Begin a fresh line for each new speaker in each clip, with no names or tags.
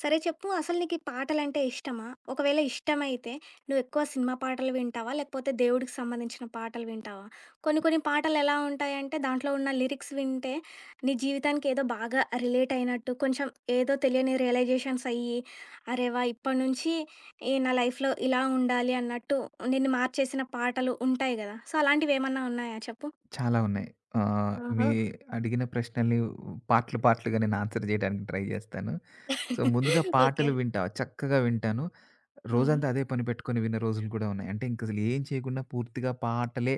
సరే చెప్పు, అసలు నీకు ఈ పాటలంటే ఇష్టమా? ఒకవేళ ఇష్టమైతే నువ్వెక్కువ సినిమా పాటలు వింటావా? లేకపోతే దేవుడికి సంబంధించిన పాటలు వింటావా? కొన్ని కొన్ని పాటలెలా ఉంటాయంటే దాంట్లో ఉన్న లిరిక్స్ వింటే నీ జీవితానికి ఏదో బాగా రిలేట్ అయినట్టు, కొంచెం ఏదో తెలియని రియలైజేషన్స్ అయ్యి, అరే వా! ఇప్పటి నుంచి ఈ నా లైఫ్‌లో ఇలా ఉండాలి అన్నట్టు నిన్ను మార్చేసిన పాటలు ఉంటాయి గదా! సో అలాంటివేమన్నా ఉన్నాయా చెప్పు?
చాలా ఉన్నాయి. మీ
ఆహా!
అడిగిన ప్రశ్నల్ని పార్ట్‌లు, పార్ట్‌లుగా నేను ఆన్సర్ చేయడానికి ట్రై జేస్తాను. సో, ముందుగా
ఓకే.
పాటలు వింటా. చక్కగా వింటాను.
హుహు.
రోజంతా అదే పని పెట్టుకొని విన్న రోజులు కూడా ఉన్నాయి. అంటే ఇంకసలు ఏం చేయకుండా పూర్తిగా పాటలే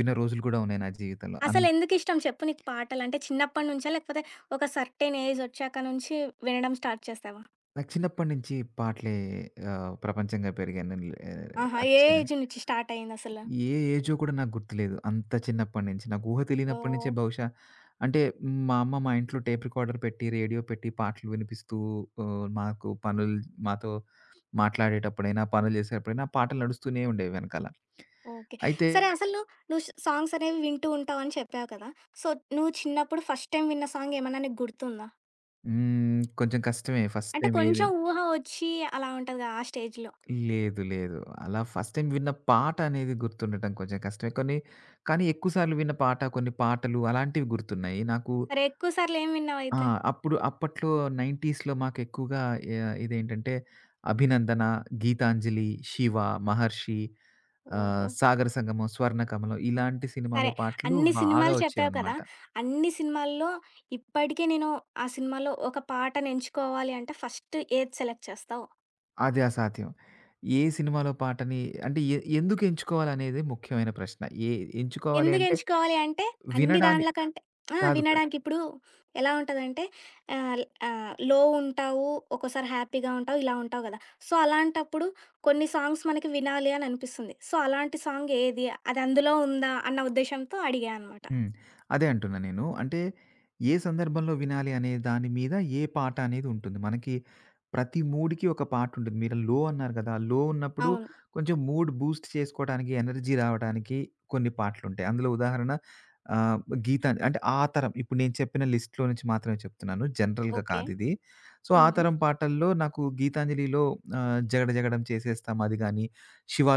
విన్న రోజులు కూడా ఉన్నాయి నా జీవితంలో. అంత
అసలెందుకిష్టం చెప్పు నీకు పాటలంటే? చిన్నప్పటి నుంచా? లేకపోతే ఒక సర్టెన్ ఏజ్ ఒచ్చాక నుంచి వినడం స్టార్ట్ చేసావా?
నాకు చిన్నప్పటి నుంచి పాటలే ప్రపంచంగా పెరిగాను. లే
ఆహా! ఏ
అక్షర
ఏజ్ నుంచి స్టార్ట్ అయిందసల?
ఏ ఏజో కూడా నాకు గుర్తులేదు. అంత చిన్నప్పటి నుంచి. నాకు ఊహ తెలియనప్పటి నుంచే
ఓహ్!
బహుశా అంటే మా అమ్మ మా ఇంట్లో టేప్ రికార్డర్ పెట్టి, రేడియో పెట్టి పాటలు వినిపిస్తూ మాకు పనులు మాతో మాట్లాడేటప్పుడైనా, పనులు చేసేటప్పుడైనా పాటలు నడుస్తూనే ఉండేవి వెనకాల.
ఓకే.
అయితే
సరే అసలు నువ్వు సాంగ్స్ అనేవి వింటూ ఉంటావని చెప్పావు కదా! సో, నువ్వు చిన్నప్పుడు ఫస్ట్ టైమ్ విన్న సాంగ్ ఏమన్నా నీకు గుర్తుందా?
హ్మ్. కొంచెం కష్టమే ఫస్ట్
అంటే
టైమ్ ఏది
కొంచెం ఊహ ఒచ్చి అలా ఉంటది కదా, ఆ స్టేజ్‌లో.
లేదు. లేదు. అలా ఫస్ట్ టైమ్ విన్న పాట అనేది గుర్తుండటం కొంచెం కష్టమే. కొన్ని కానీ ఎక్కువ సార్లు విన్న పాట, కొన్ని పాటలు అలాంటివి గుర్తున్నాయి. నాకు
సరే, ఎక్కువ సార్లు ఏం
ఆ!
విన్నావయితే?
అప్పుడు అప్పట్లో 90స్‌లో మాకెక్కువగా ఇదేంటంటే 'అభినందన', 'గీతాంజలి', 'శివ', 'మహర్షి',
ఓహో!
'సాగర సంగమం', 'స్వర్ణకమలం' ఇలాంటి
సరే.
సినిమాలో పాటలు
అన్ని
బాగా
సినిమాలు చెప్పావు కదా!
వచ్చేవన్నమాట.
అన్ని సినిమాల్లో ఇప్పటికి నేను ఆ సినిమాలో ఒక పాటని ఎంచుకోవాలి అంటే ఫస్ట్ ఏది సెలెక్ట్ చేస్తావు?
అది అసాధ్యం. ఏ సినిమాలో పాటని అంటే ఎందుకు ఎంచుకోవాలనేదే ముఖ్యమైన ప్రశ్న. ఏ ఎంచుకోవాలి
ఎందుకు
అంటే
ఎంచుకోవాలి అంటే అన్ని దాండ్ల
వినడానికి
వినడానికా? కంటే ఆ!
కాదు.
వినడానికి. ఇప్పుడు ఎలా ఉంటదంటే ఆహ్, ఆహ్, లో ఉంటావు, ఒక్కోసారి హ్యాపీగా ఉంటావు, ఇలా ఉంటావు కదా! సో, అలాంటప్పుడు కొన్ని సాంగ్స్ మనకి వినాలి అని అనిపిస్తుంది. సో, అలాంటి సాంగ్ ఏది? అది అందులో ఉందా అన్న ఉద్దేశ్యంతో అడిగా అనమాట.
హ్మ్. అదే అంటున్నా నేను. అంటే ఏ సందర్భంలో వినాలి అనే దాని మీద ఏ పాట అనేది ఉంటుంది. మనకి ప్రతి మూడ్‌కి ఒక పాట ఉంటుంది. మీరు లో అన్నారు కదా! లో ఉన్నప్పుడు
అవును.
కొంచెం మూడ్ బూస్ట్ చేసుకోవడానికి, ఎనర్జీ రావడానికి కొన్ని పాటలుంటాయి. అందులో ఉదాహరణ గీతాంజ అంటే ఆ తరం ఇప్పుడు నేను చెప్పిన లిస్ట్‌లో నుంచి మాత్రమే చెప్తున్నాను. జనరల్‌గా
ఓకే.
కాదిది. సో, ఆ
హుహు.
తరం పాటల్లో నాకు గీతాంజలిలో 'జగడ జగడం చేసేస్తాం' అది గాని,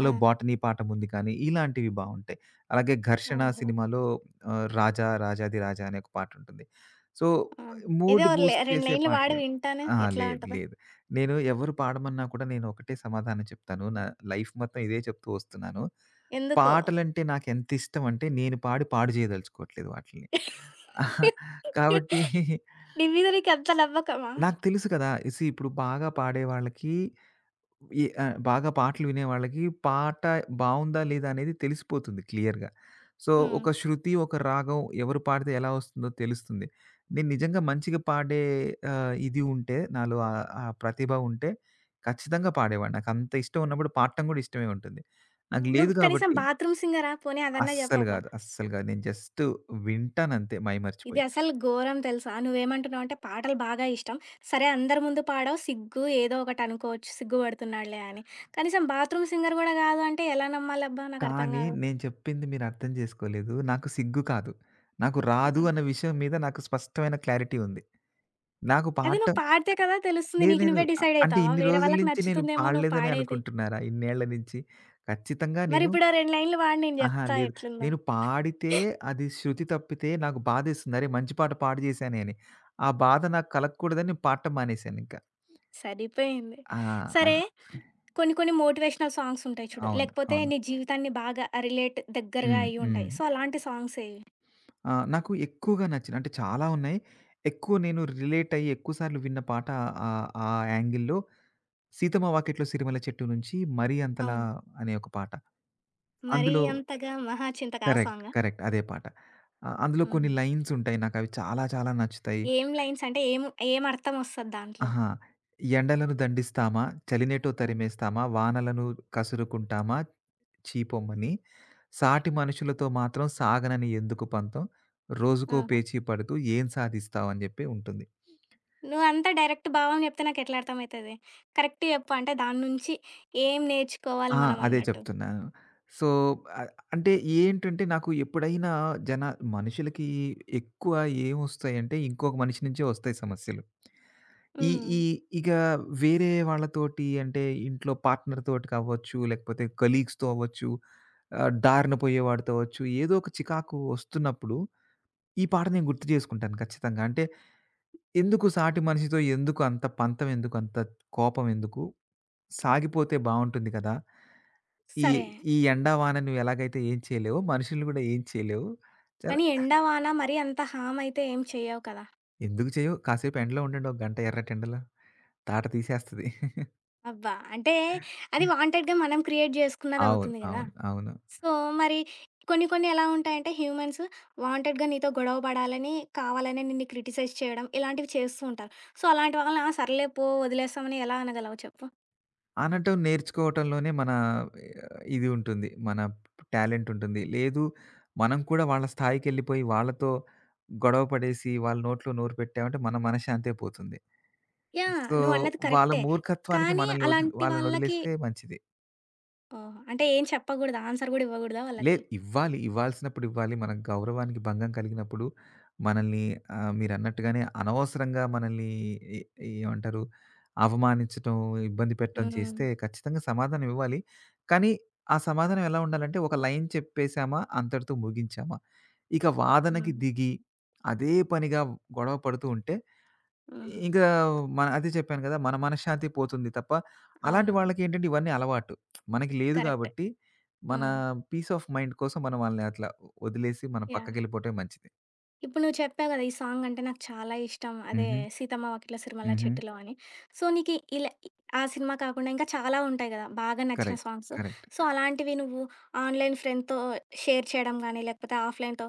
ఆ!
బాటనీ' పాఠం ఉంది కానీ, ఇలాంటివి బావుంటాయి. అలాగే 'ఘర్షణ'
ఓహో!
సినిమాలో 'రాజా రాజాధిరాజా' అనే ఒక పాటుంటుంది. సో,
ఆహా! ఏదో
మూడ్
ఒక
బూస్ట్
2
చేసే
లైన్‌లు పాడి
పాటలు.
వింటాను.
అహా!
ఎట్లా
లేదు.
ఉంటదో?
లేదు. నేను ఎవరు పాడమన్నా కూడా నేను ఒకటే సమాధానం చెప్తాను. నా లైఫ్ మొత్తం ఇదే చెప్తూ వస్తున్నాను.
ఎందుకో?
పాటలంటే నాకెంతిష్టం అంటే నేను పాడి పాడు చేయదలుచుకోవట్లేదు వాటిల్ని. కాబట్టి
నీ మీద నీకంత నమ్మకమా?
నాకు తెలుసు కదా! సీ ఇప్పుడు బాగా పాడే వాళ్ళకి బాగా పాటలు వినేవాళ్ళకి పాట బావుందా? లేదా? అనేది తెలిసిపోతుంది క్లియర్‌గా. సో,
హ్మ్.
ఒక శృతి, ఒక రాగం ఎవరు పాడితే ఎలా వస్తుందో తెలుస్తుంది. నేను నిజంగా మంచిగా పాడే ఇది ఉంటే నాలో ఆ ప్రతిభ ఉంటే ఖచ్చితంగా పాడేవాడిని. నాకంత ఇష్టం ఉన్నప్పుడు పాడటం కూడా ఇష్టమే ఉంటుంది. నాకు
నువ్వు
లేదు
కనీసం
కాబట్టి
బాత్రూమ్ సింగరా? పోనీ అదన్నా
అస్సలు
జెప్పబ్బా!
కాదు. అస్సలు కాదు. నేను జస్ట్ వింటానంతే
ఇది
మైమర్చిపోయి.
అసలు ఘోరం తెలుసా? నువ్వేమంటున్నావంటే పాటలు బాగా ఇష్టం. సరే అందరి ముందు పాడవు. సిగ్గు ఏదో ఒకటి అనుకోవచ్చు, సిగ్గుపడుతున్నాడులే అని. కనీసం బాత్రూమ్ సింగర్ గూడా గాదు అంటే ఎలా నమ్మాలబ్బా? నాకర్థం
కానీ
గాదు.
నేను చెప్పింది మీరు అర్థం చేసుకోలేదు. నాకు సిగ్గు కాదు. నాకు రాదు
హుహు.
అన్న విషయం మీద నాకు స్పష్టమైన క్లారిటీ ఉంది. నాకు
అది నువ్వు
పాడటం
పాడితే కదా తెలుస్తుంది.
లేదు
నీకు
నేను
నువ్వే డిసైడ్
అంటే
అయితావా?
ఇన్ని
వేరే
రోజుల
వాళ్ళకి
నుంచి నేను
నచ్చుతుందేమో నువ్వు
పాడలేదని
పాడేది.
అనుకుంటున్నారా? ఇన్నేళ్ల నుంచి. ఖచ్చితంగా నేను
మరిప్పుడు ఓ 2 లైన్‌లు పాడు, నేను
అహా!
జెప్తా
లేదు.
ఎట్లుందో.
నేను పాడితే అది శృతి తప్పితే నాకు బాధేస్తుంది. అరే! మంచి పాట పాడు చేశానే అని. ఆ బాధ నాకు కలగకూడదని నేను పాడటం మానేశానింకా.
సరిపోయింది.
ఆ!
సరే,
అది
కొన్ని కొన్ని మోటివేషనల్ సాంగ్స్ ఉంటాయి చూడు,
అవును.
లేకపోతే
అవును.
నీ జీవితాన్ని బాగా రిలేట్ దగ్గరగా
హ్మ్.
అయ్యి
హ్మ్.
ఉంటాయి. సో, అలాంటి సాంగ్స్ ఏవి?
ఆ! నాకు ఎక్కువగా నచ్చిన అంటే చాలా ఉన్నాయి. ఎక్కువ నేను రిలేట్ అయ్యి ఎక్కువ సార్లు విన్న పాట ఆ యాంగిల్‌లో 'సీతమ్మ వాకిట్లో సిరిమల్లె చెట్టు' నుంచి 'మరీ అంతలా'
అవును.
అనే ఒక పాట.
మరీ
అందులో
అంతగా 'మహా చింతక' ఆ
కరెక్ట్.
సాంగా?
కరెక్ట్. అదే పాట. అందులో కొన్ని
హుహు.
లైన్స్ ఉంటాయి. నాకవి చాలా చాలా నచ్చుతాయి.
ఏం లైన్స్ అంటే ఏం ఏం అర్థం వస్తది దాంట్లో?
ఆహా! ఎండలను దండిస్తామా, చలినేటో
హ్మ్.
తరిమేస్తామా, వానలను కసురుకుంటామా చీపొమ్మని, సాటి మనుషులతో మాత్రం సాగనని ఎందుకు పంతం, రోజుకో
ఆహా!
పేచీ పడుతూ ఏం సాధిస్తావు అని జెప్పి ఉంటుంది.
నువ్వంతా డైరెక్ట్ భావం చెప్తే నాకెట్లా అర్థమైతది? కరెక్ట్ చెప్పు, అంటే దాని నుంచి ఏం
ఆ!
నేర్చుకోవాలి మనం
అదే
అన్నట్టు.
చెప్తున్నాను. సో, అంటే ఏంటంటే నాకు ఎప్పుడైనా జన మనుషులకి ఎక్కువ ఏమొస్తాయంటే ఇంకొక మనిషి నుంచే వస్తాయి సమస్యలు. ఈ
హ్మ్.
ఈ ఇక వేరే వాళ్ళతోటి అంటే ఇంట్లో పార్ట్నర్ తోటి కావచ్చు, లేకపోతే కొలీగ్స్‌తో అవ్వచ్చు, దారిన పోయేవాడితో అవ్వచ్చు, ఏదో ఒక చికాకు వస్తున్నప్పుడు ఈ పాట నేను గుర్తు చేసుకుంటాను ఖచ్చితంగా. అంటే ఎందుకు సాటి మనిషితో ఎందుకు అంత పంతం ఎందుకు? అంత కోపం ఎందుకు? సాగిపోతే బావుంటుంది కదా! ఈ
సరే.
ఈ ఎండా, వాన నువ్వు ఎలాగైతే ఏం చేయలేవో, మనుషుల్ని కూడా ఏం చేయలేవు. చాలా
కానీ ఎండ, వాన మరీ అంత హార్మ్ అయితే ఏం చెయ్యవు కదా!
ఎందుకు చేయవు? కాసేపు ఎండలో ఉండండి ఒక గంట ఎర్రటెండలో. తాట తీసేస్తది.
అబ్బా! అంటే అది వాంటెడ్‌గా మనం క్రియేట్
అవును.
జేసుకున్నదవుతుంది గదా!
అవును. అవును.
సో, మరి కొన్ని కొన్ని ఎలా ఉంటాయంటే హ్యూమన్స్ వాంటెడ్‌గా నీతో గొడవ పడాలని, కావాలనే నిన్ను క్రిటిసైజ్ చేయడం ఇలాంటివి చేస్తూ ఉంటారు. సో, అలాంటి వాళ్ళని ఆ! సర్లే పో వదిలేస్తామని ఎలా అనగలవు చెప్పు?
అనటం నేర్చుకోవటంలోనే మన ఏ, ఇది ఉంటుంది. మన టాలెంట్ ఉంటుంది. లేదు మనం కూడా వాళ్ళ స్థాయికెళ్ళిపోయి వాళ్ళతో గొడవ పడేసి వాళ్ళ నోట్లో నోరు పెట్టామంటే మన మనశ్శాంతే పోతుంది.
యాహ్!
సో,
నువ్వన్నది
వాళ్ళ
కరెక్టే.
మూర్ఖత్వానికి
కానీ
మనల్ని వదిలి
అలాంటి వాళ్ళకి
వాళ్ళనొదిలేస్తే మంచిది.
ఓహ్! అంటే ఏం చెప్పగూడదా? ఆన్సర్ గూడా ఇవ్వగూడదా
లే
వాళ్ళకి?
ఇవ్వాలి. ఇవ్వాల్సినప్పుడు ఇవ్వాలి. మన గౌరవానికి భంగం కలిగినప్పుడు మనల్ని మీరన్నట్టుగానే అనవసరంగా మనల్ని ఎ ఏమంటారు? అవమానించటం, ఇబ్బంది పెట్టడం
హ్మ్.
చేస్తే ఖచ్చితంగా సమాధానం ఇవ్వాలి. కానీ ఆ సమాధానం ఎలా ఉండాలంటే ఒక లైన్ చెప్పేసామా, అంతటితో ముగించామా. ఇక వాదనకి
హుహు.
దిగి అదే పనిగా గొడవ పడుతూ ఉంటే
హుహు.
ఇంకా మన అదే చెప్పాను కదా! మన మనశ్శాంతి పోతుంది తప్ప, అలాంటి
అవునవును.
వాళ్ళకేంటంటే ఇవన్నీ అలవాటు. మనకి లేదు
కరెక్టే.
గాబట్టి, మన
హ్మ్.
పీస్ ఆఫ్ మైండ్ కోసం మనం వాళ్ళని అట్లా వదిలేసి మనం
యాహ్!
పక్కకెళ్ళిపోవటమే మంచిది.
ఇప్పుడు నువ్వు చెప్పావు కదా! ఈ సాంగ్ అంటే నాకు చాలా ఇష్టం అదే,
హుహు.
'సీతమ్మ వాకిట్ల సిరిమల్ల
హుహు.
చెట్టులో' అని. సో, నీకు ఇలా ఆ సినిమా కాకుండా ఇంకా చాలా ఉంటాయి కదా, బాగా నచ్చిన
కరెక్ట్.
సాంగ్స్.
కరెక్ట్.
సో, అలాంటివి నువ్వు ఆన్‌లైన్ ఫ్రెండ్‌తో షేర్ చేయడం గానీ, లేకపోతే ఆఫ్‌లైన్‌తో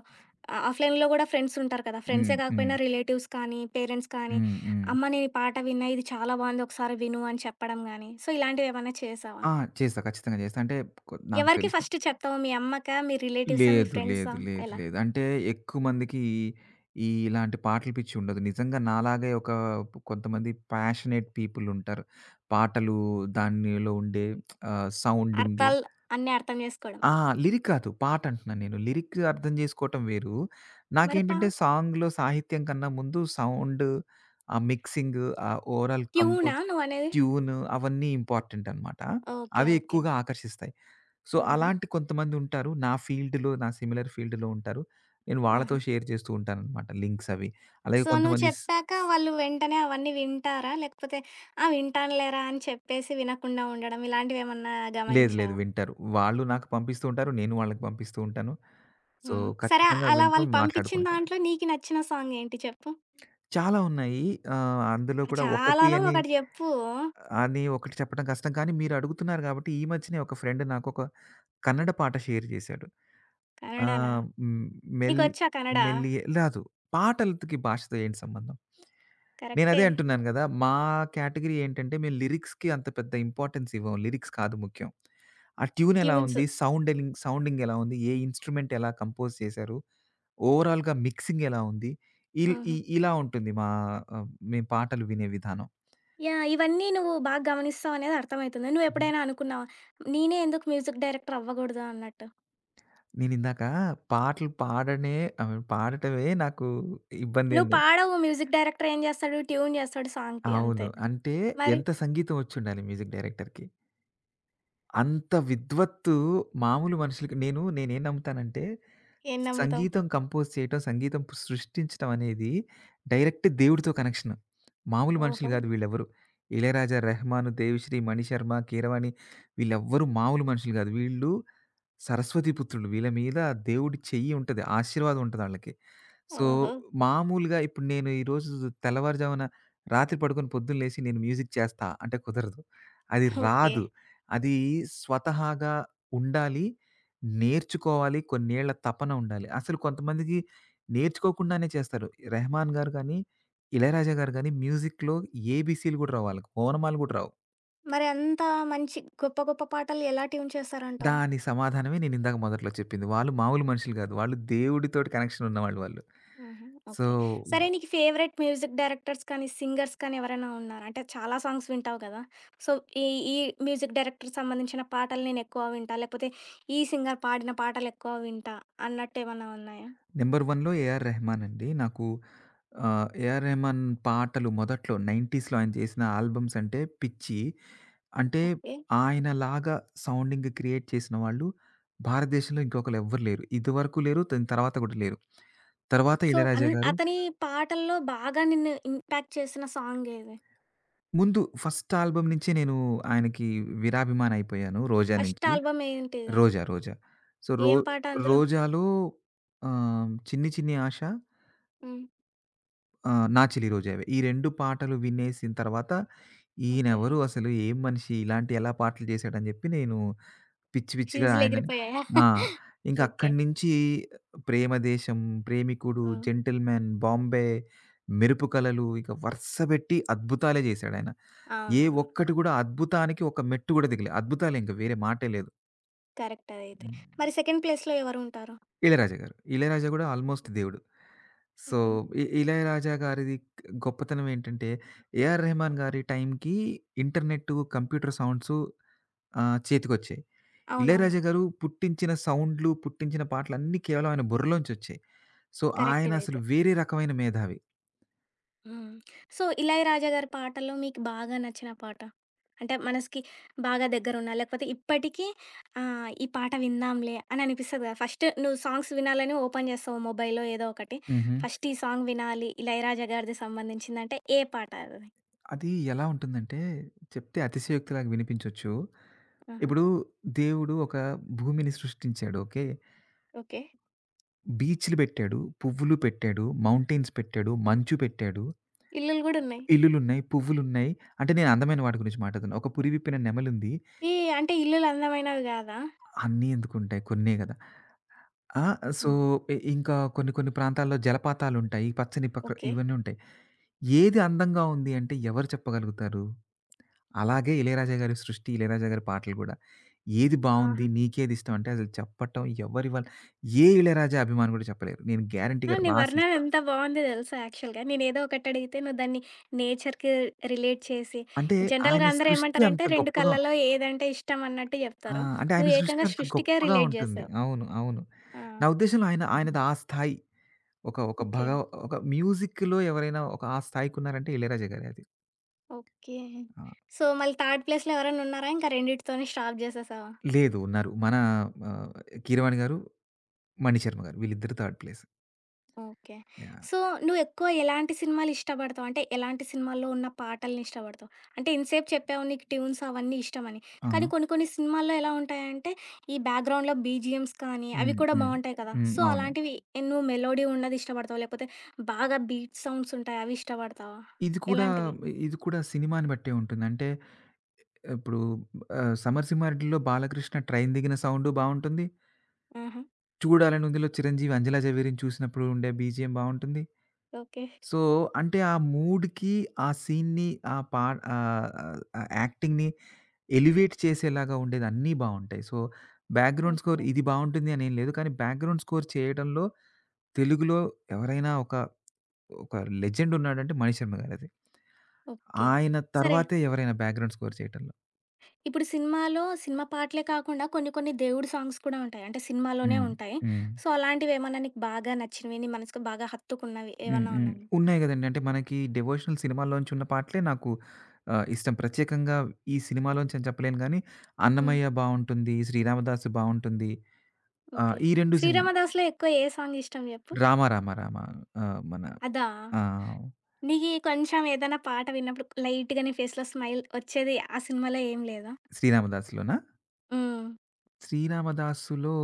ఆహ్, ఆఫ్‌లైన్‌లో గూడా ఫ్రెండ్స్ ఉంటారు కదా!
హ్మ్.
ఫ్రెండ్సే
హ్మ్.
కాకపోయినా రిలేటివ్స్ కానీ, పేరెంట్స్ కానీ,
హ్మ్. హ్మ్.
"అమ్మ నేను ఈ పాట విన్నా. ఇది చాలా బావుంది. ఒకసారి విను" అని చెప్పడం గానీ, సో, ఇలాంటివేమన్నా చేశావా?
ఆ! చేస్తా. ఖచ్చితంగా చేస్తా. అంటే కొ నాకు
ఎవరికి
తెలుసు.
ఫస్ట్ చెప్తావు? మీ అమ్మకా? మీ రిలేటివ్సా? మీ
లేదు. లేదు.
ఫ్రెండ్సా?
లేదు.
ఎలా?
లేదు. అంటే ఎక్కువ మందికి ఈ ఇలాంటి పాటల పిచ్చి ఉండదు. నిజంగా నాలాగే ఒక కొంతమంది ప్యాషనేట్ పీపుల్ ఉంటారు. పాటలు దానిలో ఉండే సౌండింగ్
అర్థాలు అన్నీ అర్థం చేసుకోవడం.
ఆ! లిరిక్ కాదు. పాట అంటున్నాను నేను. లిరిక్ అర్థం చేసుకోవటం వేరు.
మరి పా
నాకేంటంటే సాంగ్‌లో సాహిత్యం కన్నా ముందు సౌండ్, ఆ మిక్సింగ్, ఆ ఓవరాల్
ట్యూనా
కంపోజ్,
నువ్వనేది?
ట్యూన్ అవన్నీ ఇంపార్టెంట్ అనమాట.
ఓకే.
అవి
ఓకే.
ఎక్కువగా ఆకర్షిస్తాయి. సో,
ఆహా!
అలాంటి కొంతమందుంటారు. నా ఫీల్డ్‌లో, నా సిమిలర్ ఫీల్డ్‌లో ఉంటారు. నేను వాళ్ళతో
ఆహా!
షేర్ చేస్తూ ఉంటాననమాట లింక్స్ అవి. అలాగే
సో, నువ్వు
కొంతమంది
చెప్పాక వాళ్ళు వెంటనే అవన్నీ వింటారా? లేకపోతే ఆ! వింటానులేరా అని చెప్పేసి వినకుండా ఉండడం ఇలాంటివేమన్నా
లేదు. లేదు.
గమనించావా?
వింటారు. వాళ్ళు నాకు పంపిస్తూ ఉంటారు. నేను వాళ్ళకి పంపిస్తూ ఉంటాను. సో,
హ్మ్. సరే
ఖచ్చితంగా
అలా
వింటాం,
వాళ్ళు పంపిచ్చిన
మాట్లాడుకుంటాం.
దాంట్లో నీకు నచ్చిన సాంగ్ ఏంటి చెప్పు?
చాలా ఉన్నాయి. అందులో కూడా ఒకటి
చాలాలో
అని
ఒకటి జెప్పు.
అని ఒకటి చెప్పడం కష్టం. కానీ మీరు అడుగుతున్నారు కాబట్టి ఈ మధ్యనే ఒక ఫ్రెండ్ నాకొక కన్నడ పాట షేర్ చేశాడు.
కన్నడనా?
ఆహ్, హ్మ్. మెల్
నీకొచ్చా కన్నడ?
మెల్లియే రాదు. పాటలకి భాషతో ఏంటి సంబంధం? నేనదే
కరెక్టే.
అంటున్నాను గదా! మా కేటగరీ ఏంటంటే, మేము లిరిక్స్‌కి అంత పెద్ద ఇంపార్టెన్స్ ఇవ్వం. లిరిక్స్ కాదు ముఖ్యం. ఆ ట్యూన్ ఎలా
ట్యూన్స్.
ఉంది? సౌండింగ్ ఎలా ఉంది? ఏ ఇన్‌స్ట్రుమెంట్ ఎలా కంపోజ్ చేశారు? ఓవరాల్‌గా మిక్సింగ్ ఎలా ఉంది? ఇల్ ఇ
ఆహా!
ఇలా ఉంటుంది మా ఆహ్, మేము పాటలు వినే విధానం.
యాహ్! ఇవన్నీ నువ్వు బాగా గమనిస్తావనేది అర్థమైతుంది.
హ్మ్.
నువ్వెప్పుడైనా అనుకున్నావా, నేనే ఎందుకు మ్యూజిక్ డైరెక్టర్ అవ్వగూడదు అన్నట్టు?
నేనిందాక పాటలు పాడనే పాడటమే నాకు ఇబ్బంది
నువ్వు
అంది.
పాడవు. మ్యూజిక్ డైరెక్టర్ ఏం జేస్తాడు? ట్యూన్ జేస్తాడు సాంగ్‌కి
అవును.
అంతే.
అంటే
మరి
ఎంత సంగీతం వచ్చుండాలి మ్యూజిక్ డైరెక్టర్‌కి. అంత విద్వత్తు మామూలు మనుషులకి నేనేం నమ్ముతానంటే,
ఏం నమ్ముతావు?
సంగీతం కంపోజ్ చేయటం, సంగీతం సృష్టించటం అనేది డైరెక్ట్ దేవుడితో కనెక్షన్. మామూలు మనుషులు
ఓహో!
కాదు వీళ్ళెవ్వరు. 'ఇళయరాజా', 'రెహమాన్', 'దేవిశ్రీ', 'మణిశర్మ', 'కీరవాణి' వీళ్ళెవ్వరు మామూలు మనుషులు కాదు. వీళ్ళు సరస్వతి పుత్రులు. వీళ్ళ మీద దేవుడి చెయ్యి ఉంటది. ఆశీర్వాదం ఉంటదాళ్ళకి. సో,
ఓహో!
మామూలుగా ఇప్పుడు నేను ఈరోజు తెల్లవారుజామున రాత్రి పడుకొని పొద్దున్న లేసి నేను మ్యూజిక్ చేస్తా అంటే కుదరదు. అది
ఓకే.
రాదు. అది స్వతహాగా ఉండాలి. నేర్చుకోవాలి. కొన్నేళ్ల తపన ఉండాలి. అసలు కొంతమందికి నేర్చుకోకుండానే చేస్తారు. రెహమాన్ గారు గానీ, ఇళయరాజా గారు గానీ మ్యూజిక్‌లో ఏబీసీలు గూడా రావు వాళ్ళకి. ఓనమాలు గూడా రావు.
మరి అంత మంచి గొప్ప గొప్ప పాటలు ఎలా ట్యూన్ చేస్తారంటావు?
దాని సమాధానమే నేనిందాక మొదట్లో చెప్పింది. వాళ్ళు మామూలు మనుషులు గాదు. వాళ్ళు దేవుడితోటి కనెక్షన్ ఉన్నవాళ్ళు వాళ్ళు.
హుహు.
So,
okay. సరే నీకు ఫేవరెట్ మ్యూజిక్ డైరెక్టర్స్ కానీ, సింగర్స్ కానీ ఎవరైనా ఉన్నారా? అంటే చాలా సాంగ్స్ వింటావు గదా! సో, ఈ ఈ మ్యూజిక్ డైరెక్టర్‌కి సంబంధించిన పాటలు నేనెక్కువ వింటా, లేకపోతే ఈ సింగర్ పాడిన పాటలెక్కువ వింటా అన్నట్టేమన్నా ఉన్నాయా?
నంబర్ 1లో ఏఆర్ రెహమాన్ అండి. నాకు ఏఆర్ రెహమాన్ పాటలు మొదట్లో 90స్‌లో ఆయన చేసిన ఆల్బమ్స్ అంటే పిచ్చి. అంటే
ఓకే.
ఆయనలాగా సౌండింగ్ క్రియేట్ చేసిన వాళ్ళు భారతదేశంలో ఇంకొకళ్ళెవ్వరు లేరు. ఇదివరకు లేరు. దాని తర్వాత గూడా లేరు. తర్వాత
సో,
ఇళయరాజా గారు
అతని పాటల్లో బాగా నిన్ను ఇంపాక్ట్ చేసిన సాంగేది?
ముందు ఫస్ట్ ఆల్బమ్ నుంచే నేను ఆయనకి వీరాభిమానయిపోయాను 'రోజా'
ఫస్ట్
నుంచి.
ఆల్బమ్ ఏంటిది?
'రోజా' 'రోజా.' సో,
ఏం పాట అందులో?
'రోజా'లో 'చిన్ని చిన్ని ఆశ'
హ్మ్.
'నా చిలి రోజావే' ఈ 2 పాటలు వినేసిన తర్వాత
ఓకే.
ఈయనెవరు అసలు ఏం మనిషి ఇలాంటి ఎలా పాటలు చేశాడని చెప్పి నేను పిచ్చి పిచ్చిగా ఆయనని
ఫ్యూజులెగిరిపోయాయా?
ఆ! ఇంక
ఓకే.
అక్కడి నుంచి 'ప్రేమదేశం', 'ప్రేమికుడు',
హ్మ్.
'జెంటిల్‌మెన్', 'బాంబే', 'మెరుపు కలలు' ఇక వరుస పెట్టి అద్భుతాలే చేశాడాయన. ఏ
అవునవును.
ఒక్కటి కూడా అద్భుతానికి ఒక మెట్టు కూడా దిగలే. అద్భుతాలే ఇంక వేరే మాటే లేదు.
కరెక్ట్ అదైతే.
హ్మ్.
మరి సెకండ్ ప్లేస్‌లో ఎవరుంటారు?
'ఇళయరాజా' గారు. 'ఇళయరాజా' కూడా ఆల్‌మోస్ట్ దేవుడు. సో,
హుహు.
'ఇళయరాజా' గారిది గొప్పతనం ఏంటంటే, 'ఏఆర్ రెహమాన్' గారి టైంకి ఇంటర్నెట్టు, కంప్యూటర్ సౌండ్సు చేతికొచ్చాయి.
అవునవును.
'ఇళయరాజా' గారు పుట్టించిన సౌండ్‌లు, పుట్టించిన పాటలన్నీ కేవలం ఆయన బుర్రలోంచొచ్చాయి. సో,
కరెక్ట్
ఆయన అసలు
ఇదైతే.
వేరే రకమైన మేధావి.
హ్మ్. సో, 'ఇళయరాజా' గారి పాటల్లో మీకు బాగా నచ్చిన పాట? అంటే మనసుకి బాగా దగ్గరున్న, లేకపోతే ఇప్పటికీ ఆహ్, ఈ పాట విందాంలే అని అనిపిస్తది కదా! ఫస్ట్ నువ్వు సాంగ్స్ వినాలని ఓపెన్ చేస్తావు మొబైల్లో ఏదో ఒకటి.
హుహు.
ఫస్ట్ ఈ సాంగ్ వినాలి 'ఇళయరాజా' గారిది సంబంధించిందంటే ఏ పాట అది?
అది ఎలా ఉంటుందంటే, చెప్తే అతిశయోక్తిలాగా వినిపించొచ్చు.
ఆహా!
ఇప్పుడు దేవుడు ఒక భూమిని సృష్టించాడు. ఓకే.
ఓకే.
బీచ్‌లు పెట్టాడు, పువ్వులు పెట్టాడు, మౌంటైన్స్ పెట్టాడు, మంచు పెట్టాడు.
ఇల్లులు గూడున్నాయి.
ఇల్లులున్నాయి, పువ్వులున్నాయి. అంటే నేను అందమైన వాటి గురించి మాట్లాడుతున్నా. ఒక పురి విప్పిన నెమలుంది.
ఈ అంటే ఇల్లులు అందమైనవి గాదా?
అన్నీ ఎందుకుంటాయి? కొన్నే గదా! ఆ! సో,
హ్మ్.
ఇంకా కొన్ని కొన్ని ప్రాంతాల్లో జలపాతాలుంటాయి. పచ్చని పక్క
ఓకే.
ఇవన్నీ ఉంటాయి. ఏది అందంగా ఉంది అంటే ఎవరు చెప్పగలుగుతారు? అలాగే ఇళయరాజా గారి సృష్టి, ఇళయరాజా గారి పాటలు గూడా. ఏది బావుంది?
ఆహా!
నీకేది ఇష్టం? అంటే అసలు చెప్పటం ఎవ్వరి ఏ ఇళయరాజా అభిమాని గూడా చెప్పలేరు. నేను
ఆ!
గ్యారంటీ‌గా
నీ వర్ణన
రాసిస్తా.
ఎంత బావుంది దెలుసా యాక్చువల్‌గా. నేనేదో ఒకటడిగితే నువ్వు దాన్ని నేచర్‌కి రిలేట్ చేసి,
అంటే ఆయన
జనరల్‌గా అందరూ
సృష్టి అంత
ఏమంటారంటే 2
గొప్పగా
కళ్ళలో ఏదంటే ఇష్టం అన్నట్టు
ఆ!
జెప్తారు.
అంటే ఆయన
నువ్వు
సృష్టి
ఏకంగా
అంత
సృష్టికే
గొప్పగా
రిలేట్
ఉంటుంది.
జేసావు.
అవును. అవును.
ఆ!
నా ఉద్దేశంలో ఆయన ఆయనది ఆ స్థాయి. ఒక ఒక భగ
ఓకే.
ఒక మ్యూజిక్‌లో ఎవరైనా ఒక ఆ స్థాయికున్నారంటే ఇళయరాజా గారే అది.
ఓకే.
ఆ!
సో, మళ్ళీ థర్డ్ ప్లేస్‌లో ఎవరైనా ఉన్నారా? ఇంకా రెండిటితోనే స్టాప్ జేసేసావా?
లేదు ఉన్నారు. మన ఆహ్, కీరవాణి గారు, మణిశర్మ గారు వీళ్ళిద్దరు third place.
Okay.
Yeah!
So, నువ్వెక్కువ ఎలాంటి సినిమాలిష్టపడతావు? అంటే, ఎలాంటి సినిమాల్లో ఉన్న పాటలనిష్టపడతావు? అంటే, ఇంతసేపు చెప్పావు నీకు ట్యూన్స్ అవన్నీ ఇష్టమని,
ఆ!
కానీ కొన్ని కొన్ని సినిమాల్లో ఎలా ఉంటాయంటే, ఈ బ్యాక్‌గ్రౌండ్‌లో బీజీఎమ్స్ కానీ, అవి
హ్మ్.
కూడా
హ్మ్.
బావుంటాయి కదా!
హ్మ్.
సో,
అవును.
అలాంటివి నువ్వు మెలోడీ ఉన్నది ఇష్టపడతావా? లేకపోతే బాగా బీట్ సౌండ్స్ ఉంటాయి అవి ఇష్టపడతావా?
ఇది కూడా
ఎలాంటివి?
ఇది కూడా సినిమాని బట్టే ఉంటుంది. అంటే ఇప్పుడు 'సమరసింహారెడ్డి'లో బాలకృష్ణ ట్రైన్ దిగిన సౌండు బావుంటుంది.
ఆహా!
'చూడాలని ఉంది'లో చిరంజీవి అంజలా జవేరిని చూసినప్పుడు ఉండే బీజీఎం బావుంటుంది.
ఓకే.
సో, అంటే ఆ మూడ్‌కి, ఆ సీన్‌ని, ఆ పా ఆహ్, ఆహ్, యాక్టింగ్‌ని ఎలివేట్ చేసేలాగా ఉండేది అన్నీ బావుంటాయి. So, background score
okay.
ఇది బావుంటుంది అనేం లేదు. కానీ బ్యాక్‌గ్రౌండ్ స్కోర్ చేయడంలో తెలుగులో ఎవరైనా ఒక లెజెండ్ ఉన్నాడంటే మణిశర్మ గారది.
ఓకే.
ఆయన
సరే.
తర్వాతే ఎవరైనా బ్యాక్‌గ్రౌండ్ స్కోర్ చేయటంలో.
ఇప్పుడు సినిమాలో సినిమా పాటలే కాకుండా కొన్ని కొన్ని దేవుడి సాంగ్స్ కూడా ఉంటాయి, అంటే సినిమాలోనే
హ్మ్.
ఉంటాయి.
హ్మ్.
సో, అలాంటివేమన్నా నీకు బాగా నచ్చినవి, నీ మనసుకు బాగా హత్తుకున్నవి
హ్మ్.
ఏవన్నా
హ్మ్.
ఉన్నాయా?
ఉన్నాయి గదండీ. అంటే మనకి డివోషనల్ సినిమాల్లోంచి ఉన్న పాటలే నాకు ఇష్టం. ప్రత్యేకంగా ఈ సినిమాలోంచి అని చెప్పలేను గానీ,
హ్మ్.
'అన్నమయ్య' బావుంటుంది, 'శ్రీరామదాసు' బావుంటుంది. ఆహ్,
ఓకే.
ఈ 2 సినిమా
'శ్రీరామదాస్‌లో' ఎక్కువ ఏ సాంగ్ ఇష్టం జెప్పు?
'రామ రామ రామ' ఆహ్, మన
అదా!
ఆహ్,
నీకి కొంచెం ఏదైనా పాట విన్నప్పుడు లైట్‌గా నీ ఫేస్‌లో స్మైల్ వచ్చేది ఆ సినిమాలో ఏం లేదా?
'శ్రీరామదాసు'లోనా?
హ్మ్.
'శ్రీరామదాసు'లో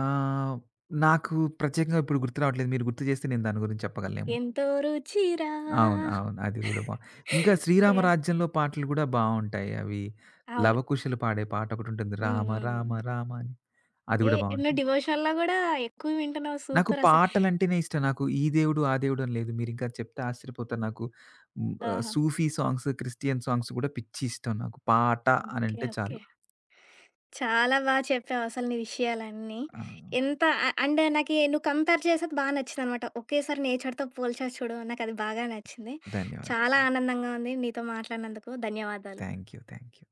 ఆహ్, నాకు ప్రత్యేకంగా ఇప్పుడు గుర్తు రావట్లేదు. మీరు గుర్తు చేస్తే నేను దాని గురించి చెప్పగలనేమో.
ఎంతో రుచిరా.
అవును. అవును. అది గూడా బా ఇంకా 'శ్రీరామ
యాహ్!
రాజ్యంలో' పాటలు గూడా బావుంటాయి. అవి
అవును.
లవకుశలు పాడే పాటొకటుంటుంది.
హ్మ్.
'రామ
హ్మ్.
రామ రామ' అని. అది
ఏ
గూడా
నువ్వు
బావుంటుంది.
డివోషనల్‌లో గూడా ఎక్కువ వింటున్నావు.
నాకు
సూపరసలు.
పాటలంటేనే ఇష్టం. నాకు ఈ దేవుడు, ఆ దేవుడు అని లేదు. మీరింకా చెప్తే ఆశ్చర్యపోతారు. నాకు హ్మ్.
ఆహా!
సూఫీ సాంగ్స్, క్రిస్టియన్ సాంగ్స్ గూడా పిచ్చి ఇష్టం నాకు. పాట
ఓకే.
అనంటే చాలు.
ఓకే. చాలా బా చెప్పావు అసలు నీ విషయాలన్నీ.
ఆ!
ఎంత అ అండ్ నాకి నువ్వు కంపేర్ చేసేది బా నచ్చిందనమాట. ఒకేసారి నేచర్‌తో పోల్చావు చూడు, నాకది బాగా నచ్చింది. చాలా
ధన్యవాదాలు.
ఆనందంగా ఉంది నీతో మాట్లాడినందుకు. ధన్యవాదాలు.
Thank you. Thank you.